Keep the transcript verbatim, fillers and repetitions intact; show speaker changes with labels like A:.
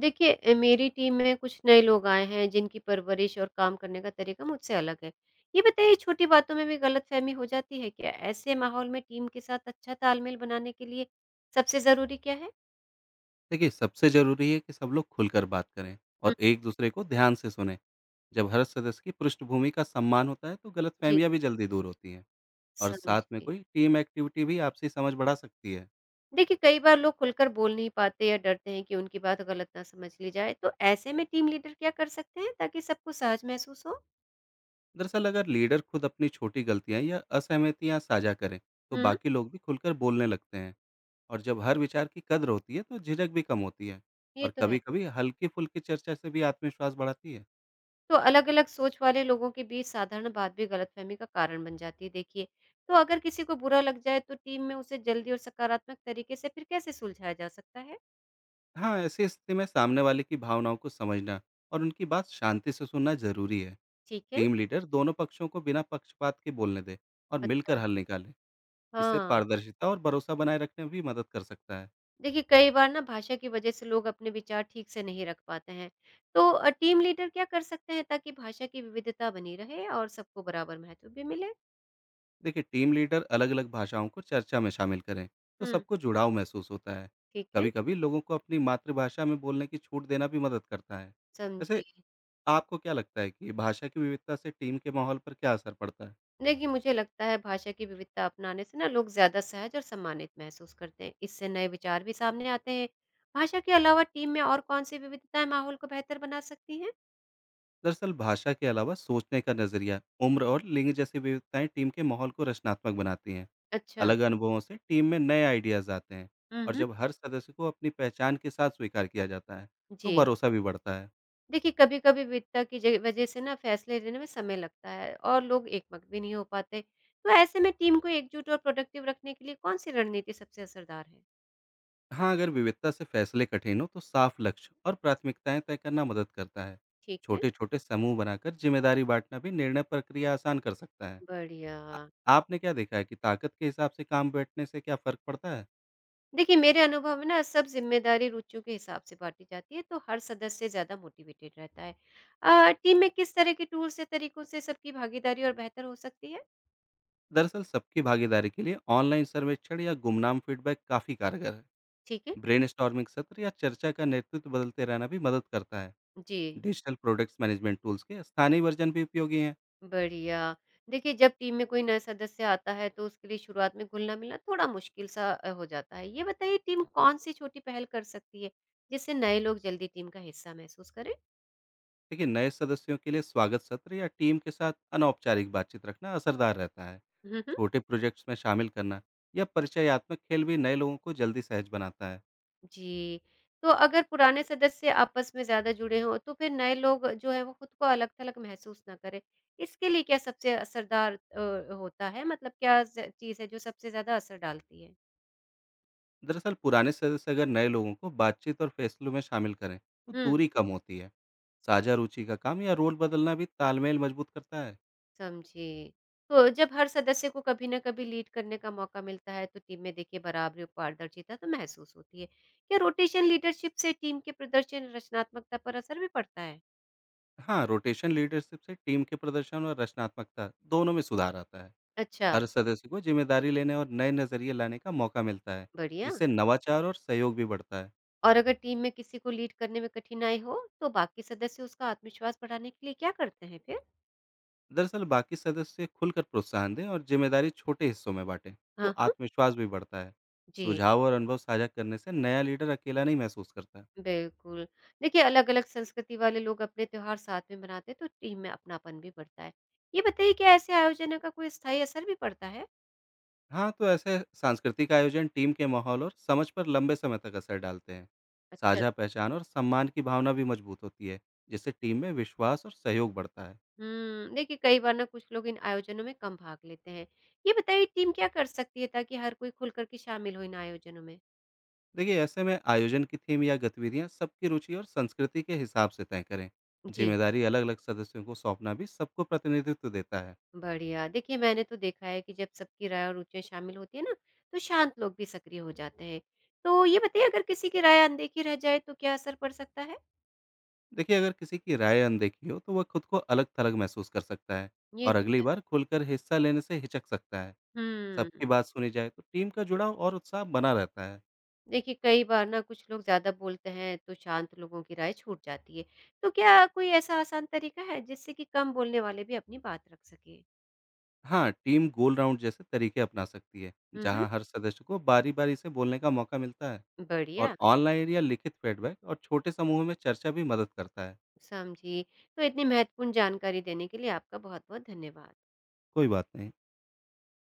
A: देखिए अ, मेरी टीम में कुछ नए लोग आए हैं जिनकी परवरिश और काम करने का तरीका मुझसे अलग है। ये बताइए, छोटी बातों में भी गलतफहमी हो जाती है। क्या ऐसे माहौल में टीम के साथ अच्छा तालमेल बनाने के लिए सबसे जरूरी क्या है?
B: देखिए सबसे जरूरी है कि सब लोग खुलकर बात करें
A: हम्म।
B: और एक दूसरे को ध्यान से सुने। जब हर सदस्य की पृष्ठभूमि का सम्मान होता है तो
A: जी,
B: गलतफहमियां भी जल्दी दूर होती हैं। और साथ में
A: समझिए।
B: कोई टीम एक्टिविटी भी आपसी समझ बढ़ा सकती है।
A: देखिए, कई बार लोग खुलकर बोल नहीं पाते या डरते हैं कि उनकी बात गलत ना समझ ली जाए, तो ऐसे में टीम लीडर क्या कर सकते हैं ताकि सबको सहज महसूस हो?
B: दरअसल अगर लीडर खुद अपनी छोटी गलतियां या असहमतियां साझा करें तो
A: हम्म।
B: बाकी लोग भी खुलकर बोलने लगते हैं। और जब हर विचार की कद्र होती है तो झिझक भी कम होती है।
A: ये
B: और
A: तो है।
B: कभी कभी हल्की फुल्की चर्चा से भी आत्मविश्वास बढ़ाती है।
A: तो अलग-अलग सोच वाले लोगों के बीच साधारण बात भी गलतफहमी का कारण बन जाती है, देखिए। तो अगर किसी को बुरा लग जाए, तो टीम में उसे जल्दी और सकारात्मक तरीके से फिर कैसे सुलझाया जा सकता है?
B: हाँ, ऐसी स्थिति में सामने वाले की भावनाओं को समझना और उनकी बात शांति से सुनना जरूरी है।
A: ठीक है।
B: टीम लीडर दोनों पक्षों को बिना पक्षपात के बोलने दे और मिलकर
A: अच्छा,
B: हल निकाले। इससे
A: हाँ।
B: पारदर्शिता और भरोसा बनाए रखने में भी मदद कर सकता है।
A: देखिए, कई बार ना भाषा की वजह से लोग अपने विचार ठीक से नहीं रख पाते हैं। तो अ, टीम लीडर क्या कर सकते हैं ताकि भाषा की विविधता बनी रहे और सबको बराबर महत्व भी मिले?
B: देखिए टीम लीडर अलग अलग भाषाओं को चर्चा में शामिल करें तो
A: हुँ,
B: सबको जुड़ाव महसूस होता है।
A: ठीक है।
B: कभी कभी लोगों को अपनी मातृभाषा में बोलने की छूट देना भी मदद करता है। वैसे,
A: समझी।
B: आपको क्या लगता है कि भाषा की विविधता से टीम के माहौल पर क्या असर पड़ता है?
A: देखिए, मुझे लगता है भाषा की विविधता अपनाने से ना लोग ज्यादा सहज और सम्मानित महसूस करते हैं। इससे नए विचार भी सामने आते हैं। भाषा के अलावा टीम में और कौन सी विविधताएं माहौल को बेहतर बना सकती हैं?
B: दरअसल भाषा के अलावा सोचने का नजरिया, उम्र और लिंग जैसी विविधताएं टीम के माहौल को रचनात्मक बनाती हैं।
A: अच्छा।
B: अलग अनुभवों से टीम में नए आइडियाज आते हैं। और
A: हम्म।
B: जब हर सदस्य को अपनी पहचान के साथ स्वीकार किया जाता है तो
A: जी।
B: भरोसा भी बढ़ता है।
A: देखिए, कभी कभी विविधता की जग- वजह से ना फैसले लेने में समय लगता है और लोग एकमत भी नहीं हो पाते। तो ऐसे में टीम को एकजुट और प्रोडक्टिव रखने के लिए कौन सी रणनीति सबसे असरदार है?
B: हाँ, अगर विविधता से फैसले कठिन हो तो साफ लक्ष्य और प्राथमिकताएं तय करना मदद करता है।
A: ठीक है।
B: छोटे छोटे समूह बनाकर जिम्मेदारी बांटना भी निर्णय प्रक्रिया आसान कर सकता है। आ-
A: बढ़िया।
B: आपने क्या देखा है कि ताकत के हिसाब से काम बैठने से क्या फर्क पड़ता है?
A: देखिए, मेरे अनुभव में ना सब जिम्मेदारी रुचियों के हिसाब से बांटी जाती है, तो हर सदस्य ज़्यादा मोटिवेटेड रहता है। अ, टीम में किस तरह के टूल्स या तरीकों से सबकी भागीदारी और बेहतर हो सकती है?
B: दरअसल सबकी भागीदारी के लिए ऑनलाइन सर्वेक्षण या गुमनाम फीडबैक काफ़ी कारगर है।
A: ठीक है।
B: ब्रेन सत्र या चर्चा का नेतृत्व बदलते रहना भी मदद करता है।
A: जी।
B: डिजिटल प्रोडक्ट्स मैनेजमेंट टूल्स के स्थानीय वर्जन भी उपयोगी हैं।
A: बढ़िया। देखिए, जब टीम में कोई नया सदस्य आता है, तो उसके लिए शुरुआत में घुलना मिलना थोड़ा मुश्किल सा अ, हो जाता है। ये बताइए, टीम कौन सी छोटी पहल कर सकती है जिससे नए लोग जल्दी टीम का हिस्सा महसूस करें?
B: लेकिन नए सदस्यों के लिए स्वागत सत्र या टीम के साथ अनौपचारिक बातचीत रखना असरदार रहता है।
A: हम्म।
B: छोटे प्रोजेक्ट्स में शामिल करना या परिचयात्मक खेल भी नए लोगों को जल्दी सहज बनाता है।
A: जी। तो अगर पुराने सदस्य आपस में ज़्यादा जुड़े हों, तो फिर नए लोग जो हैं, वो खुद को अलग-थलग महसूस ना करें। इसके लिए क्या सबसे असरदार अ, होता है? मतलब क्या ज़ चीज़ है जो सबसे ज़्यादा असर डालती है?
B: दरअसल पुराने सदस्य अगर नए लोगों को बातचीत और फैसलों में शामिल करें तो
A: हुँ,
B: दूरी कम होती है। साझा रुचि का काम या रोल बदलना भी तालमेल मजबूत करता है।
A: समझी। तो जब हर सदस्य को कभी न कभी लीड करने का मौका मिलता है, तो टीम में देखिए बराबरी और पारदर्शिता तो महसूस होती है। क्या रोटेशन लीडरशिप से टीम के प्रदर्शन, रचनात्मकता पर असर भी पड़ता है?
B: हाँ, रोटेशन लीडरशिप से टीम के प्रदर्शन और रचनात्मकता दोनों में सुधार आता है।
A: अच्छा,
B: हर सदस्य को जिम्मेदारी लेने और नए नजरिए लाने का मौका मिलता है,
A: बढ़िया।
B: जिससे नवाचार और सहयोग भी बढ़ता है।
A: और अगर टीम में किसी को लीड करने में कठिनाई हो, तो बाकी सदस्य उसका आत्मविश्वास बढ़ाने के लिए क्या करते हैं फिर?
B: दरअसल बाकी सदस्य खुलकर प्रोत्साहन दें और जिम्मेदारी छोटे हिस्सों में बांटें तो
A: हाँ, हाँ।
B: आत्मविश्वास भी बढ़ता है।
A: जी,
B: सुझाव और अनुभव साझा करने से नया लीडर अकेला नहीं महसूस करता।
A: बिल्कुल। देखिए, अलग-अलग संस्कृति वाले लोग अपने त्योहार साथ में मनाते हैं, तो टीम में अपनापन भी बढ़ता है। ये बताइए, क्या ऐसे आयोजनों का कोई स्थायी असर भी पड़ता है?
B: हाँ, तो ऐसे सांस्कृतिक आयोजन टीम के माहौल और समझ पर लंबे समय तक असर डालते हैं।
A: अच्छा।
B: साझा पहचान और सम्मान की भावना भी मजबूत होती है, जिससे टीम में विश्वास और सहयोग बढ़ता है।
A: हुँ, देखिए कई बार ना कुछ लोग इन आयोजनों में कम भाग लेते हैं। ये बताइए, टीम क्या कर सकती है ताकि हर कोई खुल कर के शामिल हो इन आयोजनों में?
B: देखिए, ऐसे में आयोजन की थीम या गतिविधियाँ सबकी रुचि और संस्कृति के हिसाब से तय करें।
A: जी।
B: जिम्मेदारी अलग-अलग सदस्यों को सौंपना भी सबको प्रतिनिधित्व देता है।
A: बढ़िया। देखिए, मैंने तो देखा है कि जब सबकी राय और रुचियाँ शामिल होती है ना, तो शांत लोग भी सक्रिय हो जाते हैं। तो ये बताइए, अगर किसी की राय अनदेखी रह जाए तो क्या असर पड़ सकता है?
B: देखिए, अगर किसी की राय अनदेखी हो, तो वह खुद को अलग-थलग महसूस कर सकता है
A: ये
B: और
A: तो
B: अगली
A: है।
B: बार खुलकर हिस्सा लेने से हिचक सकता है। सबकी
A: हुँ।
B: बात सुनी जाए, तो टीम का जुड़ाव और उत्साह बना रहता है।
A: देखिए, कई बार ना कुछ लोग ज़्यादा बोलते हैं तो शांत लोगों की राय छूट जाती है। तो क्या कोई ऐसा आसान तरीका है जिससे कि कम बोलने वाले भी अपनी बात रख सकें?
B: हाँ, टीम गोल राउंड जैसे तरीके अपना सकती है,
A: हुँ, हुँ।
B: जहाँ हर सदस्य को बारी-बारी से बोलने का मौका मिलता है और
A: बढ़िया,
B: ऑनलाइन या लिखित फीडबैक और छोटे समूह में चर्चा भी मदद करता है।
A: समझी। तो इतनी महत्वपूर्ण जानकारी देने के लिए आपका बहुत-बहुत धन्यवाद।
B: कोई बात नहीं।